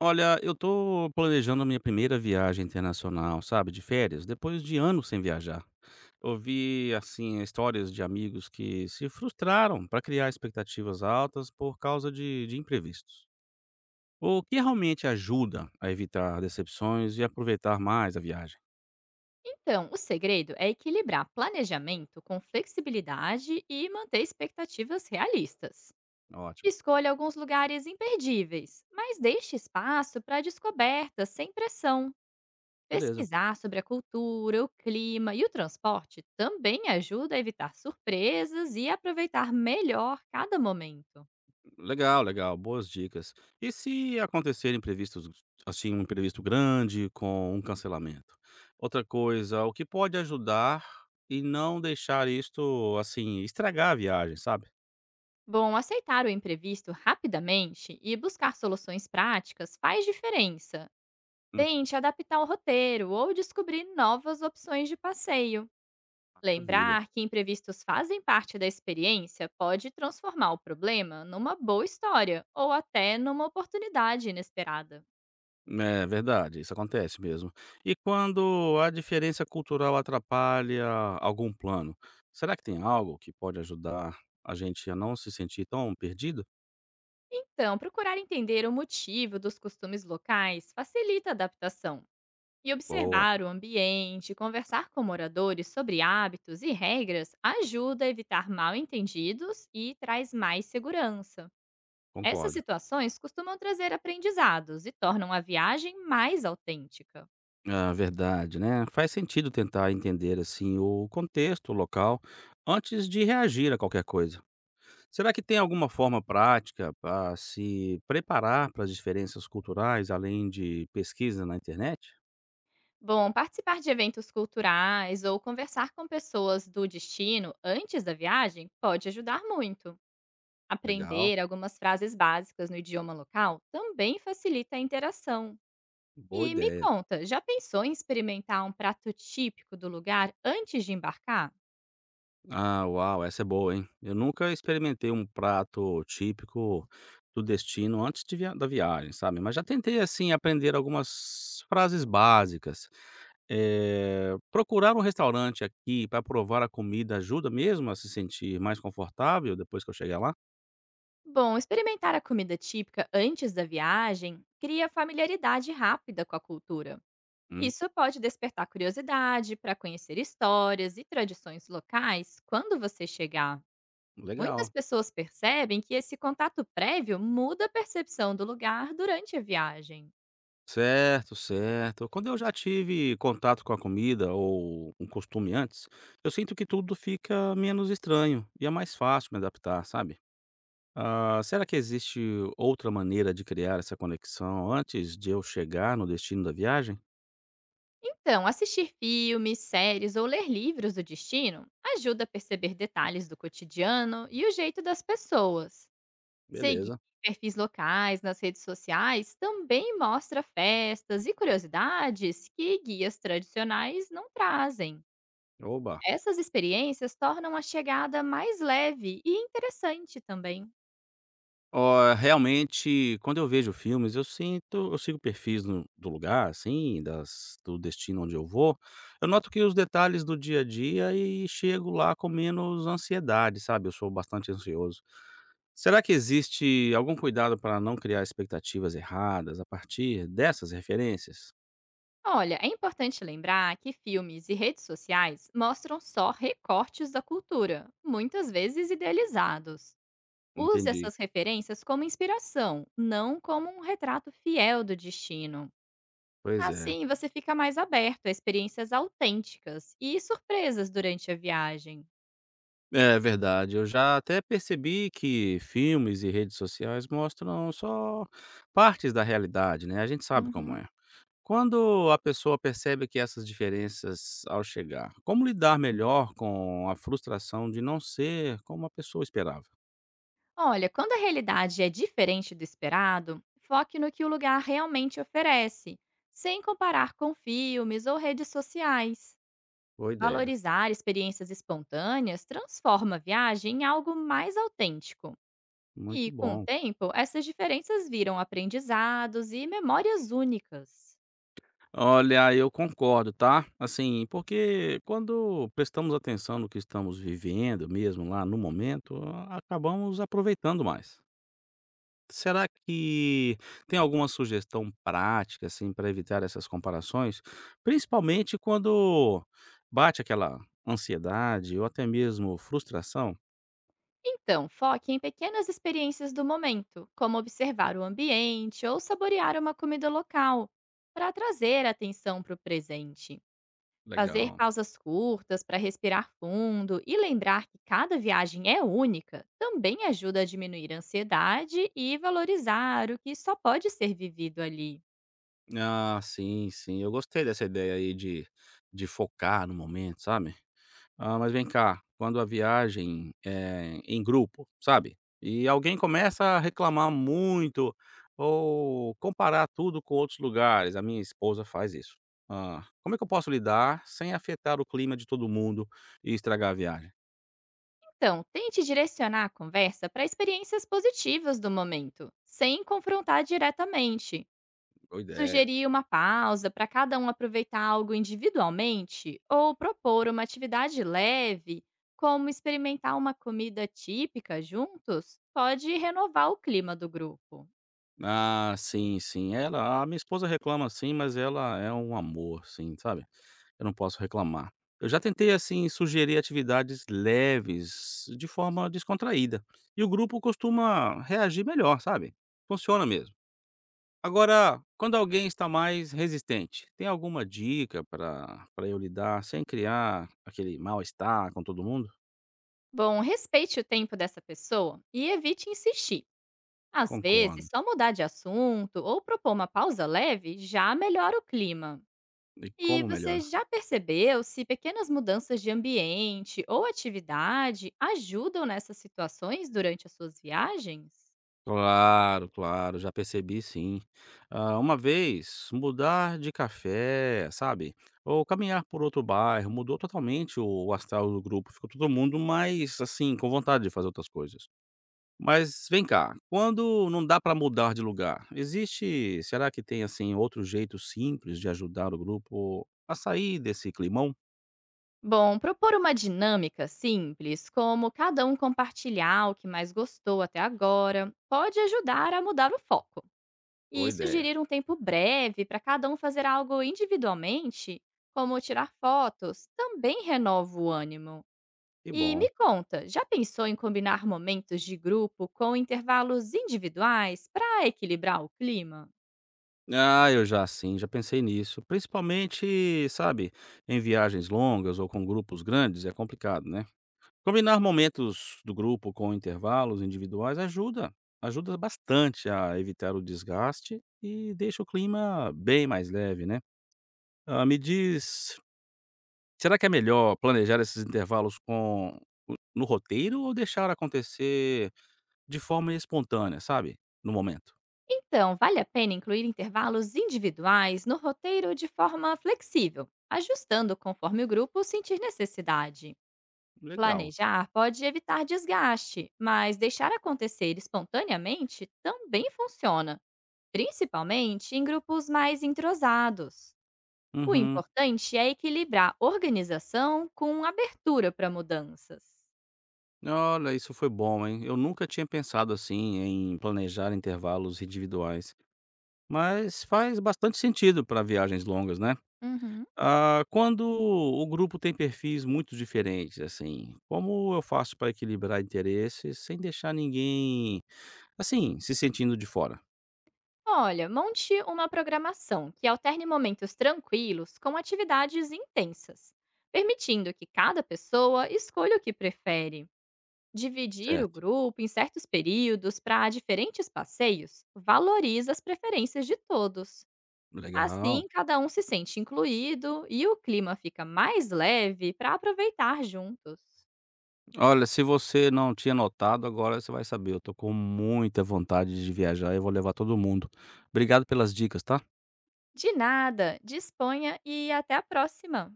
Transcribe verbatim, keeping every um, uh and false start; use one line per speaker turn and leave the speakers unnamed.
Olha, eu tô planejando a minha primeira viagem internacional, sabe, de férias, depois de anos sem viajar. Ouvi, assim, histórias de amigos que se frustraram para criar expectativas altas por causa de, de imprevistos. O que realmente ajuda a evitar decepções e aproveitar mais a viagem?
Então, o segredo é equilibrar planejamento com flexibilidade e manter expectativas realistas.
Ótimo.
Escolha alguns lugares imperdíveis, mas deixe espaço para descobertas sem pressão.
Beleza.
Pesquisar sobre a cultura, o clima e o transporte também ajuda a evitar surpresas e aproveitar melhor cada momento.
Legal, legal, boas dicas. E se acontecerem imprevistos, assim, um imprevisto grande com um cancelamento? Outra coisa, o que pode ajudar e não deixar isto, assim, estragar a viagem, sabe?
Bom, aceitar o imprevisto rapidamente e buscar soluções práticas faz diferença.
Hum,
Tente adaptar o roteiro ou descobrir novas opções de passeio.
maravilha.
Lembrar que imprevistos fazem parte da experiência pode transformar o problema numa boa história ou até numa oportunidade inesperada.
É verdade, isso acontece mesmo. E quando a diferença cultural atrapalha algum plano, será que tem algo que pode ajudar a gente a não se sentir tão perdido?
Então, procurar entender o motivo dos costumes locais facilita a adaptação. E
Boa,
observar o ambiente, conversar com moradores sobre hábitos e regras ajuda a evitar mal entendidos e traz mais segurança. Essas
concordo.
situações costumam trazer aprendizados e tornam a viagem mais autêntica.
Ah, verdade, né? Faz sentido tentar entender assim o contexto local antes de reagir a qualquer coisa. Será que tem alguma forma prática para se preparar para as diferenças culturais além de pesquisa na internet?
Bom, participar de eventos culturais ou conversar com pessoas do destino antes da viagem pode ajudar muito.
Legal,
Aprender algumas frases básicas no idioma local também facilita a interação.
boa
E me
ideia.
conta, já pensou em experimentar um prato típico do lugar antes de embarcar?
Ah, uau, essa é boa, hein? Eu nunca experimentei um prato típico do destino antes de via- da viagem, sabe? Mas já tentei, assim, aprender algumas frases básicas. Eh, procurar um restaurante aqui para provar a comida ajuda mesmo a se sentir mais confortável depois que eu chegar lá?
Bom, experimentar a comida típica antes da viagem cria familiaridade rápida com a cultura.
Hum,
Isso pode despertar curiosidade para conhecer histórias e tradições locais quando você chegar. Muitas
legal.
pessoas percebem que esse contato prévio muda a percepção do lugar durante a viagem.
Certo, certo. Quando eu já tive contato com a comida ou um costume antes, eu sinto que tudo fica menos estranho e é mais fácil me adaptar, sabe? Ah, será que existe outra maneira de criar essa conexão antes de eu chegar no destino da viagem?
Então, assistir filmes, séries ou ler livros do destino ajuda a perceber detalhes do cotidiano e o jeito das pessoas. Seguir
Beleza.
perfis locais nas redes sociais também mostra festas e curiosidades que guias tradicionais não trazem.
Oba.
Essas experiências tornam a chegada mais leve e interessante também.
Ó, realmente, quando eu vejo filmes, eu sinto, eu sigo perfis no- do lugar, assim, das, do destino onde eu vou. Eu noto que os detalhes do dia a dia e chego lá com menos ansiedade, sabe? Eu sou bastante ansioso. Será que existe algum cuidado para não criar expectativas erradas a partir dessas referências?
Olha, é importante lembrar que filmes e redes sociais mostram só recortes da cultura, muitas vezes idealizados. Use
Entendi.
essas referências como inspiração, não como um retrato fiel do destino.
Pois é.
Assim, você fica mais aberto a experiências autênticas e surpresas durante a viagem.
É verdade, eu já até percebi que filmes e redes sociais mostram só partes da realidade, né, a gente sabe como
Uhum.
é. Quando a pessoa percebe que essas diferenças ao chegar, como lidar melhor com a frustração de não ser como a pessoa esperava?
Olha, quando a realidade é diferente do esperado, foque no que o lugar realmente oferece, sem comparar com filmes ou redes sociais.
Boa ideia,
Valorizar experiências espontâneas transforma a viagem em algo mais autêntico.
muito
E, com o
bom.
tempo, essas diferenças viram aprendizados e memórias únicas.
Olha, eu concordo, tá? Assim, porque quando prestamos atenção no que estamos vivendo mesmo lá no momento, a- acabamos aproveitando mais. Será que tem alguma sugestão prática, assim, para evitar essas comparações? Principalmente quando bate aquela ansiedade ou até mesmo frustração?
Então, foque em pequenas experiências do momento, como observar o ambiente ou saborear uma comida local, para trazer atenção para o presente. Fazer
Legal.
pausas curtas para respirar fundo e lembrar que cada viagem é única também ajuda a diminuir a ansiedade e valorizar o que só pode ser vivido ali.
Ah, sim, sim. Eu gostei dessa ideia aí de de focar no momento, sabe? Ah, mas vem cá, quando a viagem é em grupo, sabe, e alguém começa a reclamar muito ou comparar tudo com outros lugares, a minha esposa faz isso. Ah, como é que eu posso lidar sem afetar o clima de todo mundo e estragar a viagem?
Então, tente direcionar a conversa para experiências positivas do momento, sem confrontar diretamente.
Boa ideia.
Sugerir uma pausa para cada um aproveitar algo individualmente ou propor uma atividade leve, como experimentar uma comida típica juntos, pode renovar o clima do grupo.
Ah, sim, sim, ela a minha esposa reclama sim, mas ela é um amor, sim, sabe. Eu não posso reclamar. Eu já tentei, assim, sugerir atividades leves de forma descontraída, e o grupo costuma reagir melhor, sabe? Funciona mesmo. Agora, quando alguém está mais resistente, tem alguma dica para para eu lidar sem criar aquele mal-estar com todo mundo?
Bom, respeite o tempo dessa pessoa e evite insistir. Às vezes,
Concordo.
só mudar de assunto ou propor uma pausa leve já melhora o clima.
E
E
como
você
melhorar?
já percebeu se pequenas mudanças de ambiente ou atividade ajudam nessas situações durante as suas viagens?
Claro, claro, já percebi sim. Ah, uma vez, mudar de café, sabe? Ou caminhar por outro bairro, mudou totalmente o o astral do grupo. Ficou todo mundo mais, assim, com vontade de fazer outras coisas. Mas vem cá, quando não dá para mudar de lugar, existe, será que tem, assim, outro jeito simples de ajudar o grupo a sair desse climão?
Bom, propor uma dinâmica simples, como cada um compartilhar o que mais gostou até agora, pode ajudar a mudar o foco.
Boa
E
ideia,
sugerir um tempo breve para cada um fazer algo individualmente, como tirar fotos, também renova o ânimo.
que
E
bom.
me conta, já pensou em combinar momentos de grupo com intervalos individuais para equilibrar o clima?
Ah, eu já sim, já pensei nisso. Principalmente, sabe, em viagens longas ou com grupos grandes é complicado, né? Combinar momentos do grupo com intervalos individuais ajuda, ajuda bastante a evitar o desgaste e deixa o clima bem mais leve, né? Ah, me diz, será que é melhor planejar esses intervalos com no roteiro ou deixar acontecer de forma espontânea, sabe? No momento.
Então, vale a pena incluir intervalos individuais no roteiro de forma flexível, ajustando conforme o grupo sentir necessidade.
Legal.
Planejar pode evitar desgaste, mas deixar acontecer espontaneamente também funciona, principalmente em grupos mais entrosados. O
Uhum.
importante é equilibrar organização com abertura para mudanças.
Olha, isso foi bom, hein? Eu nunca tinha pensado assim em planejar intervalos individuais, mas faz bastante sentido para viagens longas, né?
Uhum.
Ah, quando o grupo tem perfis muito diferentes, assim, como eu faço para equilibrar interesses sem deixar ninguém, assim, se sentindo de fora,
Olha, monte uma programação que alterne momentos tranquilos com atividades intensas, permitindo que cada pessoa escolha o que prefere. Dividir o
certo?
grupo em certos períodos para diferentes passeios valoriza as preferências de todos.
Legal.
Assim, cada um se sente incluído e o clima fica mais leve para aproveitar juntos.
Olha, se você não tinha notado, agora você vai saber. Eu tô com muita vontade de viajar e vou levar todo mundo. Obrigado pelas dicas, tá?
De nada, disponha e até a próxima!